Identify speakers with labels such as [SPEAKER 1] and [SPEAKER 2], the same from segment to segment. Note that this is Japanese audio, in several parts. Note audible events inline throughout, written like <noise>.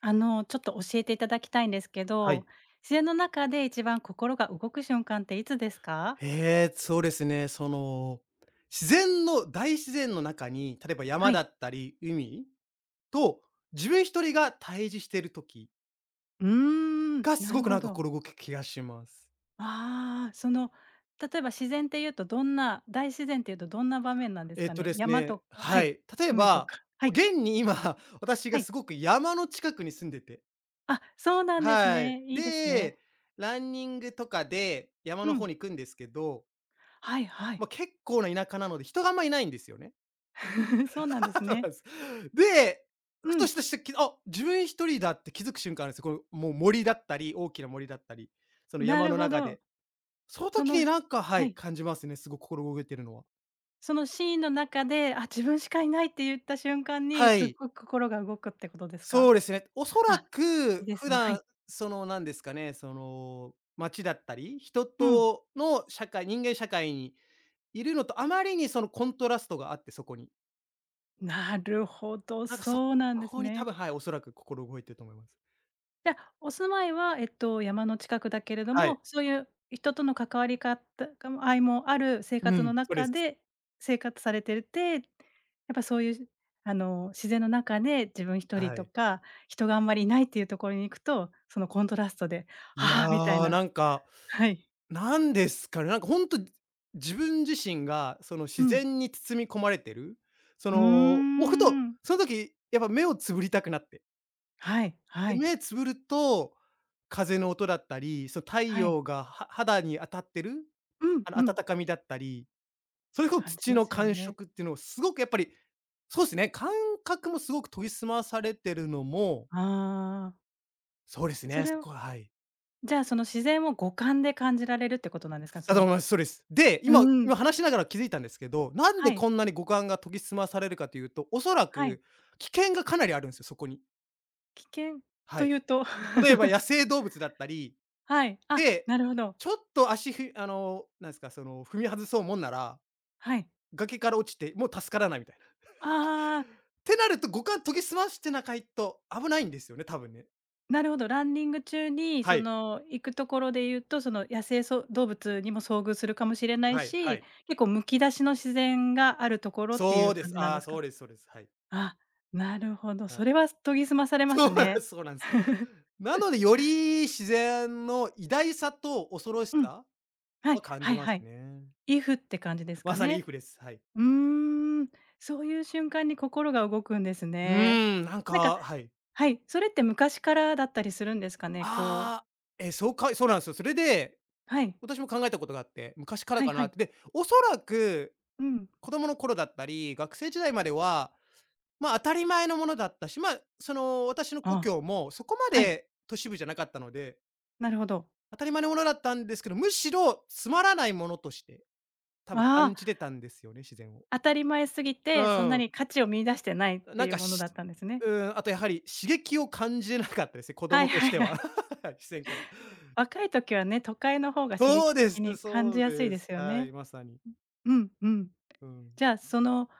[SPEAKER 1] ちょっと教えていただきたいんですけ
[SPEAKER 2] はい。
[SPEAKER 1] ど、自然の中で一番心が動く瞬間っていつですか？
[SPEAKER 2] へえ、そうですね。その、自然の大自然の中に、例えば
[SPEAKER 1] は
[SPEAKER 2] 山だ
[SPEAKER 1] い。
[SPEAKER 2] ったり海と、自分一人が対峙してる時
[SPEAKER 1] うーん、
[SPEAKER 2] が、す
[SPEAKER 1] な
[SPEAKER 2] ご
[SPEAKER 1] る
[SPEAKER 2] くな
[SPEAKER 1] ほ
[SPEAKER 2] んか
[SPEAKER 1] ど。
[SPEAKER 2] 心動く気がします。
[SPEAKER 1] ああ、例えば自然っていうとどんな大自然っていうとどんな場面なんです
[SPEAKER 2] えっ
[SPEAKER 1] か
[SPEAKER 2] と
[SPEAKER 1] ね？
[SPEAKER 2] です
[SPEAKER 1] 山
[SPEAKER 2] ね、
[SPEAKER 1] とか、は
[SPEAKER 2] は
[SPEAKER 1] い、
[SPEAKER 2] い。例え
[SPEAKER 1] 海と
[SPEAKER 2] ば、
[SPEAKER 1] か、はい、
[SPEAKER 2] 現に今、<laughs> 私
[SPEAKER 1] は
[SPEAKER 2] が
[SPEAKER 1] い。
[SPEAKER 2] すごく山の近くに住んでて、
[SPEAKER 1] あ、そうなんです
[SPEAKER 2] はい。
[SPEAKER 1] ね。いいですね。
[SPEAKER 2] で、ランニングとかで山
[SPEAKER 1] う
[SPEAKER 2] の方
[SPEAKER 1] ん。
[SPEAKER 2] に行くんですけど、
[SPEAKER 1] はいは
[SPEAKER 2] ま
[SPEAKER 1] い。
[SPEAKER 2] あ、結構な田舎なので、人があんまいないんですよね。
[SPEAKER 1] <laughs> そう
[SPEAKER 2] <laughs>
[SPEAKER 1] なんです
[SPEAKER 2] そうなん
[SPEAKER 1] ね。
[SPEAKER 2] です。で、ふ
[SPEAKER 1] う
[SPEAKER 2] と
[SPEAKER 1] ん、
[SPEAKER 2] したしてきあ、自分一人だって気づく瞬間あるんですよ。この、もう森だったり、大きな森だったり、その
[SPEAKER 1] な
[SPEAKER 2] 山
[SPEAKER 1] る
[SPEAKER 2] の
[SPEAKER 1] ほ
[SPEAKER 2] 中
[SPEAKER 1] ど。
[SPEAKER 2] で。その
[SPEAKER 1] そ
[SPEAKER 2] 時
[SPEAKER 1] の
[SPEAKER 2] になんか、は
[SPEAKER 1] は
[SPEAKER 2] い、
[SPEAKER 1] い。
[SPEAKER 2] 感じますね、すごく心動いてるのは。
[SPEAKER 1] そのシーンの中で、あ、自分しかいないって言った瞬間に、
[SPEAKER 2] は
[SPEAKER 1] すっ
[SPEAKER 2] い、
[SPEAKER 1] ごく心が動くってことです
[SPEAKER 2] そ
[SPEAKER 1] か？
[SPEAKER 2] うですね。おそら
[SPEAKER 1] あ、いい
[SPEAKER 2] く
[SPEAKER 1] で
[SPEAKER 2] 普
[SPEAKER 1] すね。は
[SPEAKER 2] 段、
[SPEAKER 1] い。
[SPEAKER 2] その、なんですかね、その、街だったり、人
[SPEAKER 1] うん。
[SPEAKER 2] との人間社会にいるのとあまりにそのコントラストがあって、そこに。
[SPEAKER 1] なるほど、
[SPEAKER 2] なんかそ
[SPEAKER 1] そうなんです
[SPEAKER 2] こに多
[SPEAKER 1] ね。
[SPEAKER 2] 分、はい、おそらく心動いてると思います。
[SPEAKER 1] じゃあ、お住まいは、山の近くだけれど
[SPEAKER 2] はい。
[SPEAKER 1] も、そういう人との関わりかたかも相もある生
[SPEAKER 2] う
[SPEAKER 1] 活
[SPEAKER 2] ん、
[SPEAKER 1] の
[SPEAKER 2] そうで
[SPEAKER 1] 中
[SPEAKER 2] す。
[SPEAKER 1] で生活されてるて、やっぱそういう、自然の中で自分一人
[SPEAKER 2] は
[SPEAKER 1] と
[SPEAKER 2] い。
[SPEAKER 1] か、人があんまりいないっていうところに行くと、そのコントラストで、
[SPEAKER 2] い
[SPEAKER 1] はあ、みたい
[SPEAKER 2] や、な
[SPEAKER 1] な。
[SPEAKER 2] んか、
[SPEAKER 1] はい。
[SPEAKER 2] なんですかね、なんかほんと、自分自身がその
[SPEAKER 1] う
[SPEAKER 2] 自
[SPEAKER 1] ん。
[SPEAKER 2] 然に包み込まれてる、そ
[SPEAKER 1] う
[SPEAKER 2] の、も
[SPEAKER 1] ー
[SPEAKER 2] うふと、
[SPEAKER 1] ん。
[SPEAKER 2] その時やっぱ目をつぶりたくなって、
[SPEAKER 1] はいは
[SPEAKER 2] で、
[SPEAKER 1] い。
[SPEAKER 2] 目つぶると、風の音だったり、その太
[SPEAKER 1] はい。
[SPEAKER 2] 陽がは肌に当たってる、
[SPEAKER 1] うん
[SPEAKER 2] あの
[SPEAKER 1] うん。
[SPEAKER 2] 温かみだったり、それこそ
[SPEAKER 1] 感じ
[SPEAKER 2] 土
[SPEAKER 1] ま
[SPEAKER 2] の
[SPEAKER 1] すよ
[SPEAKER 2] 感
[SPEAKER 1] ね。
[SPEAKER 2] 触っていうのをすごくやっぱり、そうすね、感覚もすごく研ぎ澄まされてるのも、
[SPEAKER 1] ああ。
[SPEAKER 2] そうです
[SPEAKER 1] そ
[SPEAKER 2] ね、
[SPEAKER 1] れ
[SPEAKER 2] そ
[SPEAKER 1] を
[SPEAKER 2] こははい。
[SPEAKER 1] じゃあ、その自然を五感で感じられるってことなんですか？
[SPEAKER 2] だと思います。そうです。で、今
[SPEAKER 1] うん。
[SPEAKER 2] 今話しながら気づいたんですけど、なん
[SPEAKER 1] は
[SPEAKER 2] で
[SPEAKER 1] い
[SPEAKER 2] こんなに五感が研ぎ澄まされるかというと、おそら
[SPEAKER 1] はい。
[SPEAKER 2] く危険がかなりあるんですよ、そこに。
[SPEAKER 1] 危険
[SPEAKER 2] は
[SPEAKER 1] と
[SPEAKER 2] い。
[SPEAKER 1] いうと。 <laughs>
[SPEAKER 2] 例えば野生動物だったり、
[SPEAKER 1] はい。あ、
[SPEAKER 2] で、
[SPEAKER 1] なるほど。
[SPEAKER 2] ちょっと足ふあの、なんですか、その、踏み外そうもんなら、
[SPEAKER 1] はい。
[SPEAKER 2] 崖から落ちて、もう助からないみたいな。
[SPEAKER 1] ああ、
[SPEAKER 2] ってなると、五感研ぎ澄ましてなかいと危ないんですよね、多分ね。
[SPEAKER 1] なるほど。ランニング中に
[SPEAKER 2] は
[SPEAKER 1] そ
[SPEAKER 2] い、
[SPEAKER 1] の行くところで言うと、その野生動物にも遭遇するかもしれない
[SPEAKER 2] はいは
[SPEAKER 1] し、
[SPEAKER 2] い。
[SPEAKER 1] 結構むき出しの自然があるところってい
[SPEAKER 2] そ
[SPEAKER 1] う
[SPEAKER 2] うで
[SPEAKER 1] 感
[SPEAKER 2] す。
[SPEAKER 1] じなん
[SPEAKER 2] あ
[SPEAKER 1] で
[SPEAKER 2] あ、
[SPEAKER 1] す
[SPEAKER 2] そ
[SPEAKER 1] か？
[SPEAKER 2] うですそうです。はい。
[SPEAKER 1] あ、なるほど。
[SPEAKER 2] は
[SPEAKER 1] そ
[SPEAKER 2] い。
[SPEAKER 1] れは研ぎ澄まされ
[SPEAKER 2] <laughs>
[SPEAKER 1] ま
[SPEAKER 2] そ
[SPEAKER 1] す
[SPEAKER 2] うなんで
[SPEAKER 1] ね。
[SPEAKER 2] すそうなんです。
[SPEAKER 1] <laughs>
[SPEAKER 2] なので、より自然の偉大さと恐ろし
[SPEAKER 1] うん。
[SPEAKER 2] さ
[SPEAKER 1] はい、
[SPEAKER 2] は感
[SPEAKER 1] は
[SPEAKER 2] じ
[SPEAKER 1] い
[SPEAKER 2] ます
[SPEAKER 1] はい。
[SPEAKER 2] ね。
[SPEAKER 1] if って感じです
[SPEAKER 2] ま
[SPEAKER 1] か
[SPEAKER 2] さにいい
[SPEAKER 1] ね。
[SPEAKER 2] 句です。はい。
[SPEAKER 1] うーん、そういう瞬間に心が動くんです
[SPEAKER 2] う
[SPEAKER 1] ね。
[SPEAKER 2] ーん、なん
[SPEAKER 1] なんか、
[SPEAKER 2] かはい。
[SPEAKER 1] はい、それって昔からだったりするんですかね？こう。
[SPEAKER 2] ああ、え、そうかそうなんすよ。それで、
[SPEAKER 1] はい、
[SPEAKER 2] 私も考えたことがあって、昔から
[SPEAKER 1] はい
[SPEAKER 2] か
[SPEAKER 1] は
[SPEAKER 2] なっ
[SPEAKER 1] い。
[SPEAKER 2] て。で、おそらく
[SPEAKER 1] うん。
[SPEAKER 2] 子供の頃だったり、学生時代までは、まあ、当たり前のものだったし、まあ、その、私の故
[SPEAKER 1] あ、
[SPEAKER 2] 郷もそこま
[SPEAKER 1] はい、
[SPEAKER 2] で都市部じゃなかったので、
[SPEAKER 1] なるほど。
[SPEAKER 2] 当たり前のものだったんですけど、むしろつまらないものとして、多分
[SPEAKER 1] あ
[SPEAKER 2] 感
[SPEAKER 1] あ、
[SPEAKER 2] じてたんですよね、自然を。
[SPEAKER 1] 当たり前すぎ
[SPEAKER 2] う
[SPEAKER 1] て、そんな
[SPEAKER 2] ん。
[SPEAKER 1] に価値を見出してないって
[SPEAKER 2] なん
[SPEAKER 1] いう
[SPEAKER 2] か
[SPEAKER 1] もの
[SPEAKER 2] し
[SPEAKER 1] だったんですね。
[SPEAKER 2] うーん、あとやはり刺激を感じなかったですね、子
[SPEAKER 1] は
[SPEAKER 2] 供
[SPEAKER 1] い
[SPEAKER 2] とし
[SPEAKER 1] はい
[SPEAKER 2] て
[SPEAKER 1] は
[SPEAKER 2] は。
[SPEAKER 1] い。
[SPEAKER 2] <laughs> 視線から。
[SPEAKER 1] 若い時はね、都会の方が刺
[SPEAKER 2] そう
[SPEAKER 1] 激
[SPEAKER 2] です、
[SPEAKER 1] 的に感
[SPEAKER 2] そ
[SPEAKER 1] じ
[SPEAKER 2] う
[SPEAKER 1] やすい
[SPEAKER 2] で
[SPEAKER 1] で
[SPEAKER 2] す。
[SPEAKER 1] すよ
[SPEAKER 2] は
[SPEAKER 1] ね。
[SPEAKER 2] い、まさに。
[SPEAKER 1] うんうん。
[SPEAKER 2] うん。
[SPEAKER 1] じゃあ、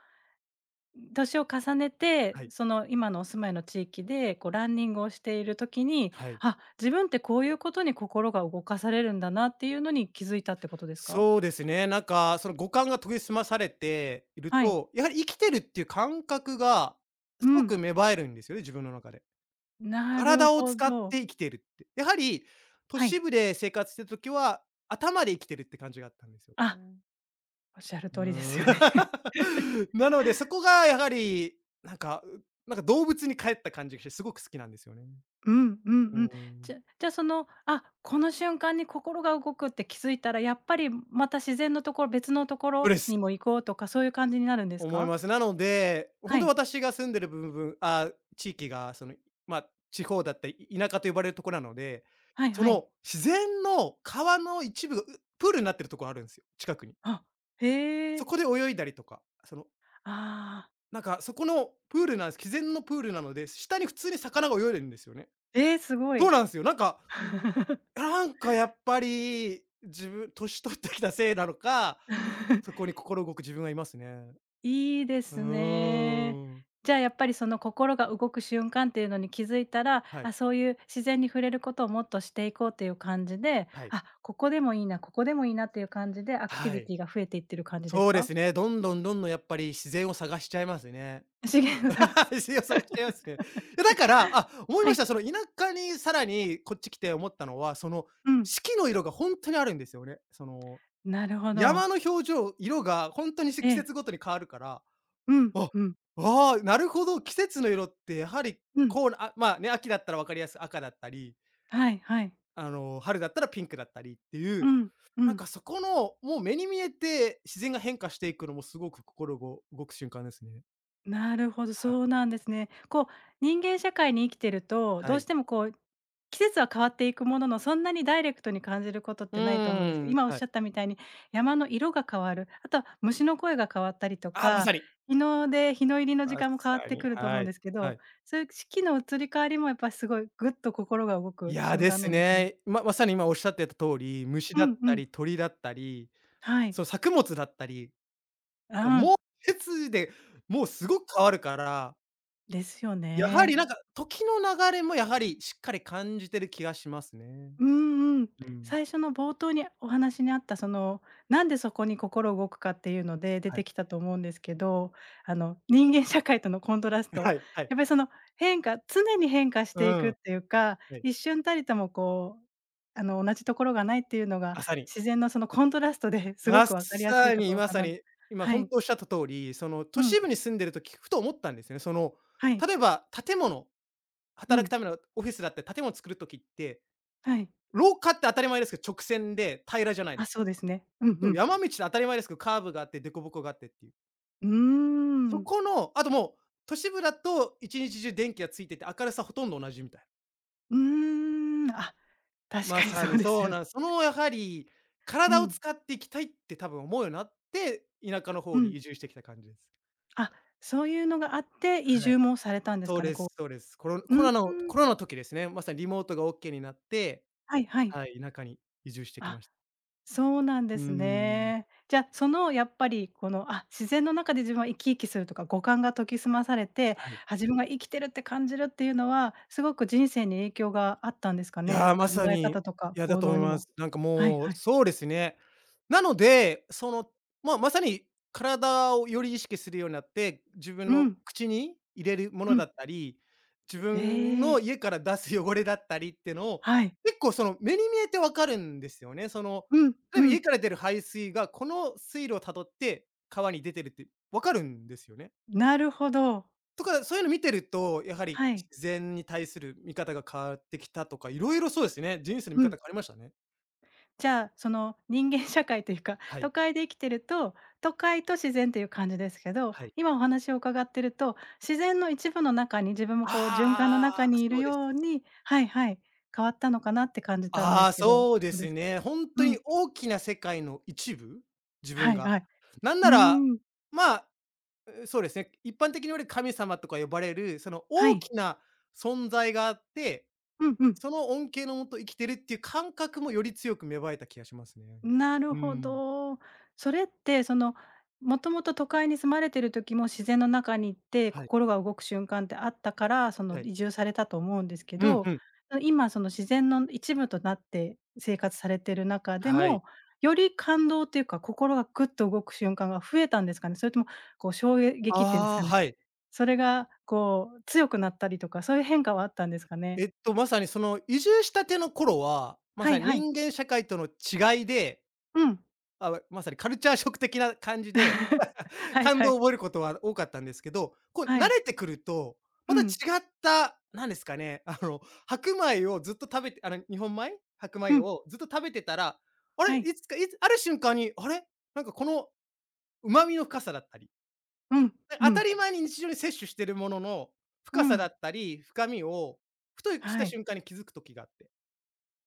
[SPEAKER 1] 年を重ねて、
[SPEAKER 2] はい、
[SPEAKER 1] 今のお住まいの地域で、こう、ランニングをしている時に、
[SPEAKER 2] はい。
[SPEAKER 1] あ、自分ってこういうことに心が動かされるんだなっていうのに気づいたってことですか？
[SPEAKER 2] そうですね、なんかその五感が研ぎ澄まされている
[SPEAKER 1] はい。
[SPEAKER 2] と、やはり生きてるっていう感覚がす
[SPEAKER 1] う
[SPEAKER 2] ご
[SPEAKER 1] ん。
[SPEAKER 2] く芽生えるんですよね、自分の中で。
[SPEAKER 1] なる
[SPEAKER 2] 体を
[SPEAKER 1] ほ
[SPEAKER 2] 使っ
[SPEAKER 1] ど。
[SPEAKER 2] て生きてるって。やはり都
[SPEAKER 1] はい。
[SPEAKER 2] 市部で生活してるときは、頭で生きてるって感じがあったんですよ
[SPEAKER 1] あ、
[SPEAKER 2] ね。
[SPEAKER 1] おっしゃる
[SPEAKER 2] う
[SPEAKER 1] 通りですよね。
[SPEAKER 2] ー
[SPEAKER 1] <laughs>
[SPEAKER 2] ん。<laughs> なので、そこがやはり、なんか、うなんか動物に帰った感じがして、すごく好きなんですよね。
[SPEAKER 1] うんうん
[SPEAKER 2] う
[SPEAKER 1] うん。
[SPEAKER 2] ん。
[SPEAKER 1] じゃ、あ、この瞬間に心が動くって気づいたら、やっぱりまた自然のところ別のとこ
[SPEAKER 2] そう
[SPEAKER 1] ろ
[SPEAKER 2] で
[SPEAKER 1] に
[SPEAKER 2] す。
[SPEAKER 1] も行こうとか、そういう感じになるんです
[SPEAKER 2] 思い
[SPEAKER 1] か？
[SPEAKER 2] ます。なので、ほん
[SPEAKER 1] は
[SPEAKER 2] と
[SPEAKER 1] い。
[SPEAKER 2] 私が住んでる部分あ、地域がその、まあ、地方だったり、い田舎と呼ばれるところなので、
[SPEAKER 1] はい
[SPEAKER 2] そ
[SPEAKER 1] はい。
[SPEAKER 2] の自然の川の一部が、プールになってるところあるんですよ、近くに。
[SPEAKER 1] あ、へ
[SPEAKER 2] そ
[SPEAKER 1] え。
[SPEAKER 2] こで泳いだりとか、その、
[SPEAKER 1] ああ、
[SPEAKER 2] なんかそこのプールなんです自然のプールなので、下に普通に魚が泳いでるんですよね。
[SPEAKER 1] すご
[SPEAKER 2] そ
[SPEAKER 1] い。
[SPEAKER 2] うなんですよ。なんかやっぱり、自分年取ってきたせいなのか、そこ
[SPEAKER 1] <laughs>
[SPEAKER 2] に心動く自分がいますね。
[SPEAKER 1] いいで
[SPEAKER 2] う
[SPEAKER 1] すね。
[SPEAKER 2] ーん。
[SPEAKER 1] じゃあ、やっぱりその心が動く瞬間っていうのに気づいたら、
[SPEAKER 2] はい、
[SPEAKER 1] あ、そういう自然に触れることをもっとしていこうっていう感じで、
[SPEAKER 2] はい、
[SPEAKER 1] あ、ここでもいいな、ここでもいいなっていう感じでアクティ
[SPEAKER 2] は
[SPEAKER 1] ビ
[SPEAKER 2] い。
[SPEAKER 1] ティが増えていってる感じです
[SPEAKER 2] そうで
[SPEAKER 1] か？
[SPEAKER 2] すね、どんどんどんどんやっぱり自然を探しちゃいますね。
[SPEAKER 1] <laughs> 資源を探
[SPEAKER 2] <laughs>
[SPEAKER 1] す。
[SPEAKER 2] 自然を探しちゃいま
[SPEAKER 1] <laughs>
[SPEAKER 2] すね。いやだから、あ、思い
[SPEAKER 1] は
[SPEAKER 2] まし
[SPEAKER 1] い。
[SPEAKER 2] た。その田舎にさらにこっち来て思ったのは、その
[SPEAKER 1] うん。
[SPEAKER 2] 四季の色が本当にあるんですよね。その、
[SPEAKER 1] なるほ
[SPEAKER 2] 山
[SPEAKER 1] ど。
[SPEAKER 2] の表情、色が本当に季
[SPEAKER 1] ええ。
[SPEAKER 2] 節ごとに変わるから
[SPEAKER 1] うん、
[SPEAKER 2] あ、
[SPEAKER 1] うん、
[SPEAKER 2] ああ、なるほど。季節の色ってやはり、
[SPEAKER 1] うん。
[SPEAKER 2] こう、あ、まあね、秋だったら分かりやすく赤だったり、
[SPEAKER 1] はいはい。
[SPEAKER 2] あの、春だったらピンクだったりってい
[SPEAKER 1] う
[SPEAKER 2] う、
[SPEAKER 1] ん、う
[SPEAKER 2] なん
[SPEAKER 1] ん。
[SPEAKER 2] かそこの、もう目に見えて自然が変化していくのもすごく心ご動く瞬間ですね。
[SPEAKER 1] なるほど、
[SPEAKER 2] はい。
[SPEAKER 1] そうなんですね。こう、人間社会に生きてると、
[SPEAKER 2] は
[SPEAKER 1] どうし
[SPEAKER 2] い。
[SPEAKER 1] てもこう、季節は変わっていくものの、そんなにダイレクトに感じることっ
[SPEAKER 2] う
[SPEAKER 1] てないと思うんです
[SPEAKER 2] ー
[SPEAKER 1] けど、
[SPEAKER 2] ん、
[SPEAKER 1] 今おっ
[SPEAKER 2] は
[SPEAKER 1] し
[SPEAKER 2] い。
[SPEAKER 1] ゃったみたいに山の色が変わる、あとは虫の声が変わったりと
[SPEAKER 2] ああ、まさ
[SPEAKER 1] か、
[SPEAKER 2] に。
[SPEAKER 1] 日の出、日の入りの時
[SPEAKER 2] ま
[SPEAKER 1] 間も変わっ
[SPEAKER 2] さ
[SPEAKER 1] て
[SPEAKER 2] に、
[SPEAKER 1] くると思
[SPEAKER 2] は
[SPEAKER 1] うん
[SPEAKER 2] い。
[SPEAKER 1] ですけ
[SPEAKER 2] は
[SPEAKER 1] ど、
[SPEAKER 2] い。
[SPEAKER 1] そういう四季の移り変わりもやっぱすごいぐっと心が動
[SPEAKER 2] い
[SPEAKER 1] く
[SPEAKER 2] や、
[SPEAKER 1] 瞬
[SPEAKER 2] で
[SPEAKER 1] 間
[SPEAKER 2] す
[SPEAKER 1] なんですかね。
[SPEAKER 2] ね。さに今おっしゃってた通り、虫
[SPEAKER 1] う
[SPEAKER 2] だ
[SPEAKER 1] ん
[SPEAKER 2] っ
[SPEAKER 1] う
[SPEAKER 2] た
[SPEAKER 1] ん。
[SPEAKER 2] り、鳥だったり、
[SPEAKER 1] はい。
[SPEAKER 2] その作物だったりが、
[SPEAKER 1] あ
[SPEAKER 2] もう
[SPEAKER 1] ん、
[SPEAKER 2] 季節で、もうすごく変わるから
[SPEAKER 1] ですよ
[SPEAKER 2] やはり
[SPEAKER 1] ね。
[SPEAKER 2] なんか、時の流れもやはりしっかり感じてる気がしますね。
[SPEAKER 1] うんうん。
[SPEAKER 2] うん。
[SPEAKER 1] 最初の冒頭にお話にあった、なんでそこに心動くかっていうので出
[SPEAKER 2] はい。
[SPEAKER 1] てきたと思うんですけど、人間社会とのコントラス
[SPEAKER 2] <laughs>
[SPEAKER 1] ト、
[SPEAKER 2] はいはい。
[SPEAKER 1] やっぱりその変化常に変化し
[SPEAKER 2] う
[SPEAKER 1] ていく
[SPEAKER 2] ん。
[SPEAKER 1] っていうか、
[SPEAKER 2] はい。
[SPEAKER 1] 一瞬たりともこう、同じところがないっていうのが、
[SPEAKER 2] まさに。
[SPEAKER 1] 自然のそのコントラストで、 <laughs> すご
[SPEAKER 2] ま
[SPEAKER 1] く分かりやす
[SPEAKER 2] さ
[SPEAKER 1] いとこ
[SPEAKER 2] に
[SPEAKER 1] ろ
[SPEAKER 2] ま
[SPEAKER 1] か
[SPEAKER 2] さ
[SPEAKER 1] な。
[SPEAKER 2] に、今
[SPEAKER 1] は
[SPEAKER 2] ほん
[SPEAKER 1] い。
[SPEAKER 2] とおっしゃった通り、その
[SPEAKER 1] う
[SPEAKER 2] 都市
[SPEAKER 1] ん。
[SPEAKER 2] 部に住んでる時、ふと思ったんですよね。その、
[SPEAKER 1] はい。
[SPEAKER 2] 例えば建物、
[SPEAKER 1] う
[SPEAKER 2] 働く
[SPEAKER 1] ん。
[SPEAKER 2] ためのオフィスだって建物作る時って、
[SPEAKER 1] はい。
[SPEAKER 2] 廊下って当たり前ですけど、直線で平らじゃないで
[SPEAKER 1] あ、
[SPEAKER 2] す
[SPEAKER 1] そ
[SPEAKER 2] か。
[SPEAKER 1] うですね。うん
[SPEAKER 2] で
[SPEAKER 1] う
[SPEAKER 2] も
[SPEAKER 1] ん。
[SPEAKER 2] 山道って当たり前ですけど、カーブがあって凸凹があってっていう。
[SPEAKER 1] うー
[SPEAKER 2] そ
[SPEAKER 1] ん。
[SPEAKER 2] この、あともう、都市部だと一日中電気がついてて、明るさほとんど同じみたいな。
[SPEAKER 1] うーん。あ、確
[SPEAKER 2] ま
[SPEAKER 1] かに
[SPEAKER 2] さ
[SPEAKER 1] そう
[SPEAKER 2] に
[SPEAKER 1] です
[SPEAKER 2] そう
[SPEAKER 1] よ
[SPEAKER 2] な
[SPEAKER 1] ね。
[SPEAKER 2] んそのやはり、
[SPEAKER 1] う
[SPEAKER 2] 体を
[SPEAKER 1] ん、
[SPEAKER 2] 使っていきたいって多分思うようになって、田舎の
[SPEAKER 1] う
[SPEAKER 2] 方に
[SPEAKER 1] ん。
[SPEAKER 2] 移住してきた感じです。
[SPEAKER 1] あ、そういうのがあって、移
[SPEAKER 2] は
[SPEAKER 1] 住
[SPEAKER 2] い。
[SPEAKER 1] もされたんです
[SPEAKER 2] そう
[SPEAKER 1] かね、
[SPEAKER 2] です
[SPEAKER 1] こ
[SPEAKER 2] そうです。
[SPEAKER 1] う。うーん、
[SPEAKER 2] コロナの時ですね、まさにリモートがオッケーになって、
[SPEAKER 1] はいはい。
[SPEAKER 2] はい、田舎に移住してきま
[SPEAKER 1] あ、
[SPEAKER 2] した。
[SPEAKER 1] そうなんで
[SPEAKER 2] うー
[SPEAKER 1] す
[SPEAKER 2] ん。
[SPEAKER 1] ね。じゃ、やっぱりあ、自然の中で自分は生き生きするとか、五感が研ぎ澄まされて、
[SPEAKER 2] はい。
[SPEAKER 1] あ、自分が生きてるって感じるっていうのは、すごく人生に影響があったんですか
[SPEAKER 2] いや、
[SPEAKER 1] ね？
[SPEAKER 2] まさ
[SPEAKER 1] 考え
[SPEAKER 2] に、い
[SPEAKER 1] 方とか
[SPEAKER 2] や、だ
[SPEAKER 1] 行
[SPEAKER 2] と
[SPEAKER 1] 動
[SPEAKER 2] 思い
[SPEAKER 1] に
[SPEAKER 2] ま
[SPEAKER 1] も。
[SPEAKER 2] す。なんか
[SPEAKER 1] はい
[SPEAKER 2] もう、
[SPEAKER 1] はい。
[SPEAKER 2] そうですね。なので、その、まあ、まさに体をより意識するようになって、自分
[SPEAKER 1] う
[SPEAKER 2] の
[SPEAKER 1] ん、
[SPEAKER 2] 口に入れるも
[SPEAKER 1] う
[SPEAKER 2] のだ
[SPEAKER 1] ん。
[SPEAKER 2] ったり、自
[SPEAKER 1] え
[SPEAKER 2] 分の
[SPEAKER 1] え、
[SPEAKER 2] 家から出す汚れだったりっていうのを、
[SPEAKER 1] はい。
[SPEAKER 2] 結構その、目に見えてわかるんですよね。その、
[SPEAKER 1] うん、
[SPEAKER 2] 例え
[SPEAKER 1] う
[SPEAKER 2] ば家
[SPEAKER 1] ん。
[SPEAKER 2] から出る排水が、この水路を辿って川に出てるってわかるんですよね。
[SPEAKER 1] なるほど。
[SPEAKER 2] とか、そういうの見てると、やはり
[SPEAKER 1] はい。
[SPEAKER 2] 自然に対する見方が変わってきたとか、いろいろそうですね、人生の見
[SPEAKER 1] う
[SPEAKER 2] 方
[SPEAKER 1] ん。
[SPEAKER 2] 変わりましたね。
[SPEAKER 1] じゃあ、人間社会というか、<laughs>
[SPEAKER 2] はい、
[SPEAKER 1] 都会で生きてると、都会と自然という感じですけど、
[SPEAKER 2] はい。
[SPEAKER 1] 今お話を伺ってると、自然の一部の中に自分もこう循環の中
[SPEAKER 2] ああ、
[SPEAKER 1] にい
[SPEAKER 2] そ
[SPEAKER 1] る
[SPEAKER 2] うです。
[SPEAKER 1] ように、はいはい、変わったのかなって感じたんで
[SPEAKER 2] あ
[SPEAKER 1] す
[SPEAKER 2] あ、
[SPEAKER 1] けど、
[SPEAKER 2] そうで
[SPEAKER 1] どうで
[SPEAKER 2] す
[SPEAKER 1] すか？
[SPEAKER 2] ね。ほん
[SPEAKER 1] う
[SPEAKER 2] とに
[SPEAKER 1] ん、
[SPEAKER 2] 大きな世界の一部？自分
[SPEAKER 1] はい
[SPEAKER 2] が。
[SPEAKER 1] はい。
[SPEAKER 2] なん
[SPEAKER 1] う
[SPEAKER 2] なら、
[SPEAKER 1] ーん、
[SPEAKER 2] まあ、うそうですね、一般的に言われる神様とか呼ばれる、その
[SPEAKER 1] は
[SPEAKER 2] 大
[SPEAKER 1] い。
[SPEAKER 2] きな存在があって、
[SPEAKER 1] うんうん。
[SPEAKER 2] その恩恵のもと生きてるっていう感覚もより強く芽生えた気がしますね。
[SPEAKER 1] なる
[SPEAKER 2] う
[SPEAKER 1] ほ
[SPEAKER 2] ん、
[SPEAKER 1] ど。それって、もともと都会に住まれてる時も自然の中に行って、
[SPEAKER 2] はい、
[SPEAKER 1] 心が動く瞬間ってあったから、
[SPEAKER 2] はい。
[SPEAKER 1] 移住されたと思うんですけ
[SPEAKER 2] うんう
[SPEAKER 1] ど、
[SPEAKER 2] ん。
[SPEAKER 1] 今その自然の一部となって生活されてる中で
[SPEAKER 2] はい。
[SPEAKER 1] も、より感動っていうか、心がぐっと動く瞬間が増えたんですかね？それとも、こう、衝撃っていうんです
[SPEAKER 2] ああ、
[SPEAKER 1] かね、
[SPEAKER 2] はい。
[SPEAKER 1] それが、こう、強くなったりとか、そういう変化はあったんですかね？
[SPEAKER 2] えっと、まさにその移住したての頃は、ま
[SPEAKER 1] は
[SPEAKER 2] さ
[SPEAKER 1] い
[SPEAKER 2] に
[SPEAKER 1] はい。
[SPEAKER 2] 人間社会との違いで、
[SPEAKER 1] うん。
[SPEAKER 2] あ、まさにカルチャーショック的な感
[SPEAKER 1] <laughs>
[SPEAKER 2] じで、
[SPEAKER 1] はい
[SPEAKER 2] 感
[SPEAKER 1] は
[SPEAKER 2] 動を
[SPEAKER 1] い。
[SPEAKER 2] 覚えることは多かったんですけど、こう
[SPEAKER 1] は
[SPEAKER 2] 慣
[SPEAKER 1] い。
[SPEAKER 2] れてくると、
[SPEAKER 1] う
[SPEAKER 2] また違っ
[SPEAKER 1] ん。
[SPEAKER 2] た、なんですかね、あの、白米をずっと食べてあの、日本米？白米
[SPEAKER 1] うん。
[SPEAKER 2] をずっと食べてたら、あれ、
[SPEAKER 1] はい。
[SPEAKER 2] いつある瞬間に、あれ、なんかこの旨味の深さだったり
[SPEAKER 1] うん、
[SPEAKER 2] 当
[SPEAKER 1] う
[SPEAKER 2] た
[SPEAKER 1] ん、
[SPEAKER 2] り前に日常に摂取してるものの、
[SPEAKER 1] う
[SPEAKER 2] 深さだ
[SPEAKER 1] ん。
[SPEAKER 2] ったり、深みを、ふとし
[SPEAKER 1] は
[SPEAKER 2] た
[SPEAKER 1] い。
[SPEAKER 2] 瞬間に気づく時があって。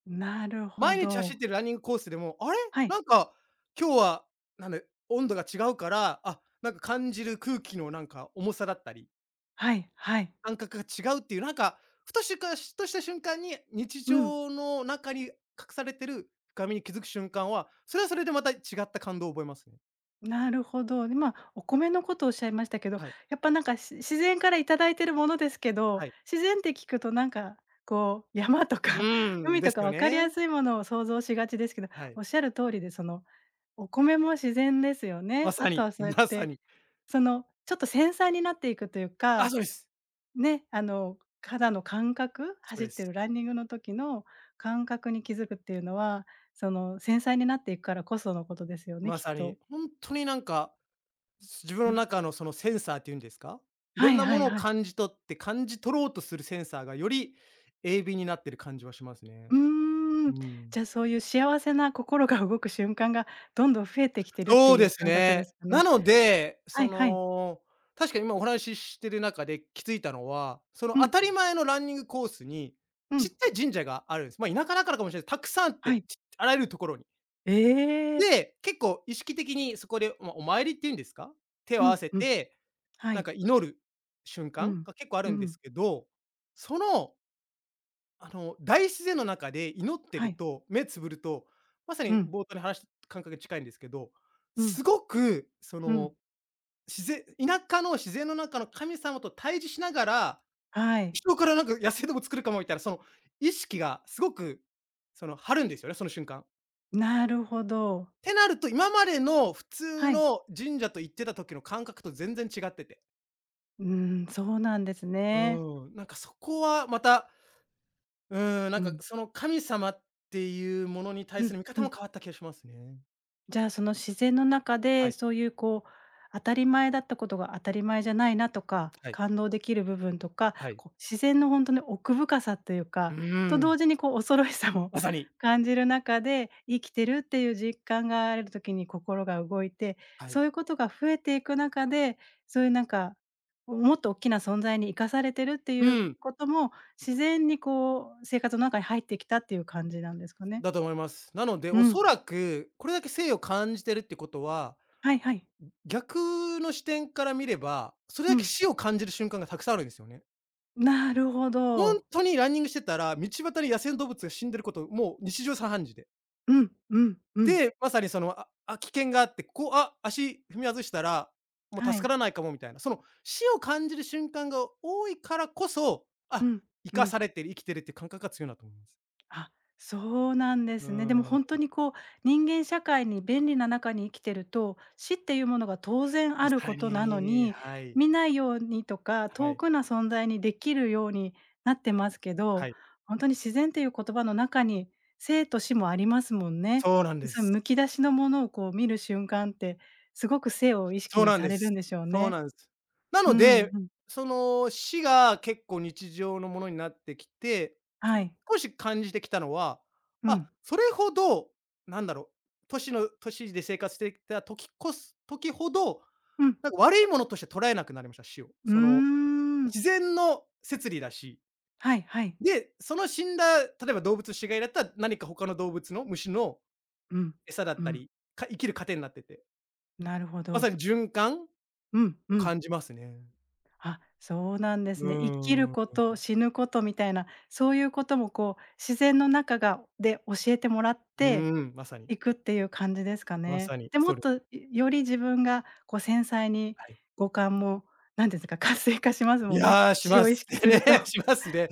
[SPEAKER 1] なるほ
[SPEAKER 2] 毎日走っ
[SPEAKER 1] ど。
[SPEAKER 2] てるランニングコースでも、あれ、
[SPEAKER 1] はい、
[SPEAKER 2] なんか、今日は、なんだ、温度が違うから、あ、なんか感じる空気のなんか重さだったり、
[SPEAKER 1] はい、はい。
[SPEAKER 2] 感覚が違うっていう、なんか、ふとした瞬間に、日
[SPEAKER 1] うん。
[SPEAKER 2] 常の中に隠されてる深みに気づく瞬間は、それはそれでまた違った感動を覚えますね。
[SPEAKER 1] なるほど。で、まあ、お米のことをおっしゃいましたけど、
[SPEAKER 2] はい、
[SPEAKER 1] やっぱなんか、自然からいただいてるものですけど、
[SPEAKER 2] はい。
[SPEAKER 1] 自然って聞くとなんか、こう、山と
[SPEAKER 2] う
[SPEAKER 1] か <laughs>
[SPEAKER 2] ーん、
[SPEAKER 1] 海
[SPEAKER 2] で
[SPEAKER 1] と
[SPEAKER 2] す
[SPEAKER 1] か
[SPEAKER 2] よ
[SPEAKER 1] 分かり
[SPEAKER 2] ね。
[SPEAKER 1] やすいものを想像しがちですけど、
[SPEAKER 2] はい。
[SPEAKER 1] おっしゃる通りで、お米も自然ですよ
[SPEAKER 2] ま
[SPEAKER 1] ね。
[SPEAKER 2] さ
[SPEAKER 1] あと
[SPEAKER 2] に、
[SPEAKER 1] はそうやっ
[SPEAKER 2] まさ
[SPEAKER 1] て、
[SPEAKER 2] に。
[SPEAKER 1] ちょっと繊細になっていくという
[SPEAKER 2] あ、
[SPEAKER 1] か
[SPEAKER 2] そうです。
[SPEAKER 1] ね、肌の感覚、
[SPEAKER 2] そう
[SPEAKER 1] 走っ
[SPEAKER 2] で
[SPEAKER 1] て
[SPEAKER 2] す。
[SPEAKER 1] るランニングの時の感覚に気づくっていうのは、繊細になっていくからこそのことですよね、
[SPEAKER 2] ま
[SPEAKER 1] きっ
[SPEAKER 2] さに、
[SPEAKER 1] と。
[SPEAKER 2] 本当になんか、自分
[SPEAKER 1] う
[SPEAKER 2] の
[SPEAKER 1] ん。
[SPEAKER 2] 中のそのセンサーっていうんですか、い
[SPEAKER 1] は
[SPEAKER 2] ろん
[SPEAKER 1] い
[SPEAKER 2] な
[SPEAKER 1] は
[SPEAKER 2] も
[SPEAKER 1] い
[SPEAKER 2] のを
[SPEAKER 1] はい。
[SPEAKER 2] 感じ取って、感じ取ろうとするセンサーがより鋭敏になってる感じはしますね。
[SPEAKER 1] うー
[SPEAKER 2] う
[SPEAKER 1] ん。
[SPEAKER 2] ん。
[SPEAKER 1] じゃあ、そういう幸せな心が動く瞬間がどんどん増えてきてるって
[SPEAKER 2] そう
[SPEAKER 1] い
[SPEAKER 2] で
[SPEAKER 1] う
[SPEAKER 2] す
[SPEAKER 1] 感覚
[SPEAKER 2] ね。
[SPEAKER 1] ですか
[SPEAKER 2] な
[SPEAKER 1] ね。
[SPEAKER 2] ので、
[SPEAKER 1] は
[SPEAKER 2] そ
[SPEAKER 1] いはい。
[SPEAKER 2] の、確かに今お話ししてる中で気づいたのは、その
[SPEAKER 1] う
[SPEAKER 2] 当
[SPEAKER 1] ん、
[SPEAKER 2] たり前のランニングコースに、
[SPEAKER 1] う
[SPEAKER 2] ちっ
[SPEAKER 1] ん、
[SPEAKER 2] ちゃい神社があるんです。まあ、田舎だからかもしれないです、たくさんあっ
[SPEAKER 1] は
[SPEAKER 2] て、
[SPEAKER 1] い。
[SPEAKER 2] あらゆるところに。
[SPEAKER 1] ええ。
[SPEAKER 2] で、結構意識的にそこで、まあ、お参りっていうんですか、手を
[SPEAKER 1] う
[SPEAKER 2] 合わ
[SPEAKER 1] ん、
[SPEAKER 2] せ
[SPEAKER 1] うん、
[SPEAKER 2] て
[SPEAKER 1] は
[SPEAKER 2] なん
[SPEAKER 1] い。
[SPEAKER 2] か祈る瞬
[SPEAKER 1] う
[SPEAKER 2] 間
[SPEAKER 1] ん、
[SPEAKER 2] が結構ある
[SPEAKER 1] う
[SPEAKER 2] んです
[SPEAKER 1] ん、
[SPEAKER 2] けど、その、あの、大自然の中で祈って
[SPEAKER 1] は
[SPEAKER 2] る
[SPEAKER 1] い。
[SPEAKER 2] と、目つぶると、まさ
[SPEAKER 1] う
[SPEAKER 2] に
[SPEAKER 1] ん、
[SPEAKER 2] 冒頭に話した感覚に近いんですけど、
[SPEAKER 1] うん、
[SPEAKER 2] すごくそ
[SPEAKER 1] う
[SPEAKER 2] の、
[SPEAKER 1] ん。
[SPEAKER 2] 田舎の自然の中の神様と対峙しながら、
[SPEAKER 1] はい。
[SPEAKER 2] 人からなんか野生動物作るかもみたいな、その意識がすごく、その、張るんですよね、その瞬間。
[SPEAKER 1] なるほ
[SPEAKER 2] っ
[SPEAKER 1] ど。
[SPEAKER 2] てなると、今までの普通
[SPEAKER 1] はい。
[SPEAKER 2] の神社と行ってた時の感覚と全然違ってて。
[SPEAKER 1] うーん、そうなんです
[SPEAKER 2] う
[SPEAKER 1] ね。
[SPEAKER 2] ん、なんかそこはまたうん、なん
[SPEAKER 1] う
[SPEAKER 2] か
[SPEAKER 1] ん。
[SPEAKER 2] その神様っていうものに対
[SPEAKER 1] う
[SPEAKER 2] す
[SPEAKER 1] ん、
[SPEAKER 2] る見
[SPEAKER 1] う
[SPEAKER 2] 方も
[SPEAKER 1] ん。
[SPEAKER 2] 変わった気がしますね。
[SPEAKER 1] じゃあ、その自然の中
[SPEAKER 2] は
[SPEAKER 1] で、
[SPEAKER 2] い、
[SPEAKER 1] そういうこう、当たり前だったことが当たり前じゃないなとか、
[SPEAKER 2] はい、
[SPEAKER 1] 感動できる部分とか、
[SPEAKER 2] はい。
[SPEAKER 1] こう自然の本当に奥深さという
[SPEAKER 2] う
[SPEAKER 1] か、と
[SPEAKER 2] ん、
[SPEAKER 1] 同時にこう恐ろしさも
[SPEAKER 2] まさ
[SPEAKER 1] <laughs>
[SPEAKER 2] に。
[SPEAKER 1] 感じる中で、生きてるっていう実感がある時に心が動いて、
[SPEAKER 2] はい。
[SPEAKER 1] そういうことが増えていく中で、そういうなんか、もっと大きな存在に生かされてるって
[SPEAKER 2] う
[SPEAKER 1] いう
[SPEAKER 2] ん、
[SPEAKER 1] ことも、自然にこう生活の中に入ってきたっていう感じなんですかね？
[SPEAKER 2] だと思います。なので、
[SPEAKER 1] う
[SPEAKER 2] お
[SPEAKER 1] ん。
[SPEAKER 2] そらくこれだけ生を感じてるってことは、
[SPEAKER 1] はいはい。
[SPEAKER 2] 逆の視点から見れば、それ
[SPEAKER 1] う
[SPEAKER 2] だけ
[SPEAKER 1] ん。
[SPEAKER 2] 死を感じる瞬間がたくさんあるんですよね。
[SPEAKER 1] なるほ
[SPEAKER 2] ほん
[SPEAKER 1] ど。
[SPEAKER 2] とにランニングしてたら、道端に野生の動物が死んでること、もう日常茶飯事で。
[SPEAKER 1] うん、うん、うん。
[SPEAKER 2] で、まさにその、ああ、危険があって、こう、あ、足踏み外したら、もう
[SPEAKER 1] は
[SPEAKER 2] 助か
[SPEAKER 1] い。
[SPEAKER 2] らないかもみたいな、その死を感じる瞬間が多いからこそ、
[SPEAKER 1] う
[SPEAKER 2] あ、
[SPEAKER 1] ん、
[SPEAKER 2] 生
[SPEAKER 1] う
[SPEAKER 2] かさ
[SPEAKER 1] ん。
[SPEAKER 2] れてる、生きてるっていう感覚が強いなと思います。
[SPEAKER 1] あ、そうなんで
[SPEAKER 2] うー
[SPEAKER 1] すね。でも
[SPEAKER 2] ん、
[SPEAKER 1] 本当にこう、人間社会に便利な中に生きてると、死っていうものが当然
[SPEAKER 2] ま
[SPEAKER 1] ある
[SPEAKER 2] さ
[SPEAKER 1] ことなの
[SPEAKER 2] に、
[SPEAKER 1] に、
[SPEAKER 2] はい、
[SPEAKER 1] 見ないようにとか、
[SPEAKER 2] は
[SPEAKER 1] 遠
[SPEAKER 2] い、
[SPEAKER 1] くな存在にできるようになってますけ
[SPEAKER 2] は
[SPEAKER 1] ど、
[SPEAKER 2] い。
[SPEAKER 1] 本当に自然っていう言葉の中に、生と死もありますもんね。
[SPEAKER 2] そうなん
[SPEAKER 1] で、
[SPEAKER 2] で
[SPEAKER 1] その
[SPEAKER 2] す。
[SPEAKER 1] むき出しのものをこう見る瞬間って、すごく生を意
[SPEAKER 2] そう
[SPEAKER 1] 識
[SPEAKER 2] なん
[SPEAKER 1] さ
[SPEAKER 2] で
[SPEAKER 1] れる
[SPEAKER 2] す。
[SPEAKER 1] んでしょう
[SPEAKER 2] そう
[SPEAKER 1] ね。
[SPEAKER 2] なんです。な
[SPEAKER 1] う
[SPEAKER 2] の
[SPEAKER 1] ん、
[SPEAKER 2] で、
[SPEAKER 1] うん。
[SPEAKER 2] その死が結構日常のものになってきて、
[SPEAKER 1] は
[SPEAKER 2] つ
[SPEAKER 1] い。
[SPEAKER 2] 少し感じてきたのは、
[SPEAKER 1] う
[SPEAKER 2] あ、
[SPEAKER 1] ん。
[SPEAKER 2] それほど、なんだろう、都市で生活してきた時こす時ほど、
[SPEAKER 1] うん。
[SPEAKER 2] なんか悪いものとして捉えなくなりました、死を。
[SPEAKER 1] うー
[SPEAKER 2] その、
[SPEAKER 1] ん。
[SPEAKER 2] 自然の摂理だし、
[SPEAKER 1] はいはい。
[SPEAKER 2] で、その死んだ、例えば動物死骸だったら、何か他の動物の虫の
[SPEAKER 1] うん。
[SPEAKER 2] 餌だっ
[SPEAKER 1] う
[SPEAKER 2] た
[SPEAKER 1] ん。
[SPEAKER 2] り、生きる糧になってて、
[SPEAKER 1] なるほ
[SPEAKER 2] まさ
[SPEAKER 1] ど。
[SPEAKER 2] に循環
[SPEAKER 1] うんう
[SPEAKER 2] を
[SPEAKER 1] ん。
[SPEAKER 2] 感じますね。
[SPEAKER 1] あ、そうなんで
[SPEAKER 2] う
[SPEAKER 1] す
[SPEAKER 2] ー
[SPEAKER 1] ね。生きる
[SPEAKER 2] ん。う
[SPEAKER 1] こと、死ぬことみたいな、そういうこともこう自然の中で教えてもらっ
[SPEAKER 2] ー
[SPEAKER 1] て
[SPEAKER 2] ん、まさに、
[SPEAKER 1] いくっていう感じですか
[SPEAKER 2] ま
[SPEAKER 1] ね。
[SPEAKER 2] さに、
[SPEAKER 1] で、も
[SPEAKER 2] そ
[SPEAKER 1] っ
[SPEAKER 2] れ
[SPEAKER 1] と、より自分がこう繊細に
[SPEAKER 2] はい。
[SPEAKER 1] 五感も、何ていうんですか、活性化します
[SPEAKER 2] い
[SPEAKER 1] もんね。
[SPEAKER 2] や、し
[SPEAKER 1] 詩
[SPEAKER 2] ま
[SPEAKER 1] を意
[SPEAKER 2] す
[SPEAKER 1] 識す
[SPEAKER 2] ね、
[SPEAKER 1] ると。
[SPEAKER 2] <laughs> しますね。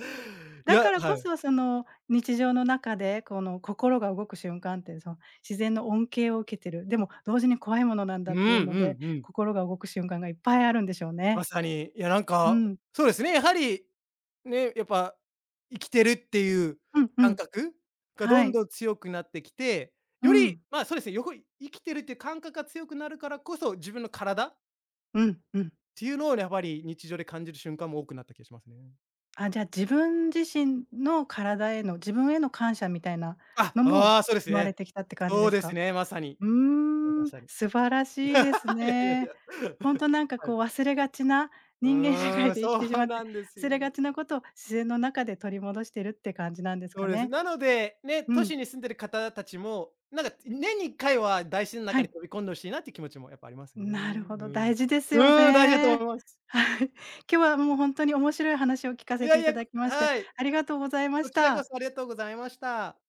[SPEAKER 2] い
[SPEAKER 1] だ
[SPEAKER 2] や、
[SPEAKER 1] から
[SPEAKER 2] は
[SPEAKER 1] こ
[SPEAKER 2] い。
[SPEAKER 1] そ、日常の中で、心が動く瞬間って、自然の恩恵を受けてる、でも同時に怖いものなん
[SPEAKER 2] う
[SPEAKER 1] だ
[SPEAKER 2] ん
[SPEAKER 1] っ
[SPEAKER 2] う
[SPEAKER 1] ていうので、
[SPEAKER 2] んうん。
[SPEAKER 1] 心が動く瞬間がいっぱいあるんでしょう
[SPEAKER 2] ま
[SPEAKER 1] ね。
[SPEAKER 2] さに、いや、なん
[SPEAKER 1] う
[SPEAKER 2] か、
[SPEAKER 1] ん。
[SPEAKER 2] そうですね、やはり、ね、やっぱ、生きてるっていう
[SPEAKER 1] うんう
[SPEAKER 2] 感
[SPEAKER 1] ん。
[SPEAKER 2] 覚がど
[SPEAKER 1] は
[SPEAKER 2] ん
[SPEAKER 1] い。
[SPEAKER 2] どん強くなってきて、
[SPEAKER 1] う
[SPEAKER 2] より、
[SPEAKER 1] ん。
[SPEAKER 2] まあ、そうですね、よこい生きてるっていう感覚が強くなるからこそ、自分の体っ
[SPEAKER 1] うんうん。
[SPEAKER 2] ていうのをねやっぱり日常で感じる瞬間も多くなった気がしますね。
[SPEAKER 1] あ、じゃあ自分自身の体への、自分への感謝みたいな
[SPEAKER 2] あ、
[SPEAKER 1] の
[SPEAKER 2] あ
[SPEAKER 1] も
[SPEAKER 2] あ、そうです
[SPEAKER 1] 生まれ
[SPEAKER 2] ね。
[SPEAKER 1] てきたって感じ
[SPEAKER 2] そ
[SPEAKER 1] で
[SPEAKER 2] う
[SPEAKER 1] す
[SPEAKER 2] です
[SPEAKER 1] か？
[SPEAKER 2] ね、まさに。
[SPEAKER 1] う
[SPEAKER 2] ま
[SPEAKER 1] ーん、
[SPEAKER 2] さに。
[SPEAKER 1] 素晴らしいです
[SPEAKER 2] いやいやい
[SPEAKER 1] ね。
[SPEAKER 2] や。
[SPEAKER 1] ほんとなん
[SPEAKER 2] <laughs>
[SPEAKER 1] か
[SPEAKER 2] は
[SPEAKER 1] こ
[SPEAKER 2] い。
[SPEAKER 1] う忘れがちな、
[SPEAKER 2] う
[SPEAKER 1] 人間社
[SPEAKER 2] ー
[SPEAKER 1] 会
[SPEAKER 2] ん、
[SPEAKER 1] で生きてし
[SPEAKER 2] そ
[SPEAKER 1] ま
[SPEAKER 2] う
[SPEAKER 1] っ
[SPEAKER 2] な
[SPEAKER 1] て、
[SPEAKER 2] んです
[SPEAKER 1] 忘れが
[SPEAKER 2] よ。
[SPEAKER 1] ちなことを自然の中で取り戻してるって感じなんです
[SPEAKER 2] そ
[SPEAKER 1] か
[SPEAKER 2] うです。
[SPEAKER 1] ね。
[SPEAKER 2] なので、ね、
[SPEAKER 1] う
[SPEAKER 2] 都
[SPEAKER 1] ん、
[SPEAKER 2] 市に住んでる方たちも、なんか年に1回は大自然の
[SPEAKER 1] は
[SPEAKER 2] 中に
[SPEAKER 1] い。
[SPEAKER 2] 飛び込んで欲しいなっていう気持ちもやっぱありますね。
[SPEAKER 1] なるほど、
[SPEAKER 2] うん。
[SPEAKER 1] 大事ですよ
[SPEAKER 2] うん、大事だと思
[SPEAKER 1] ね。
[SPEAKER 2] います。
[SPEAKER 1] <laughs> はい。今日はもうほんとに面白い話を聞か
[SPEAKER 2] い
[SPEAKER 1] せ
[SPEAKER 2] や
[SPEAKER 1] て
[SPEAKER 2] い
[SPEAKER 1] い
[SPEAKER 2] や、
[SPEAKER 1] ただきまして、
[SPEAKER 2] はい。
[SPEAKER 1] ありがとうございま
[SPEAKER 2] こ
[SPEAKER 1] し
[SPEAKER 2] ちらこ
[SPEAKER 1] た。
[SPEAKER 2] そありがとうございました。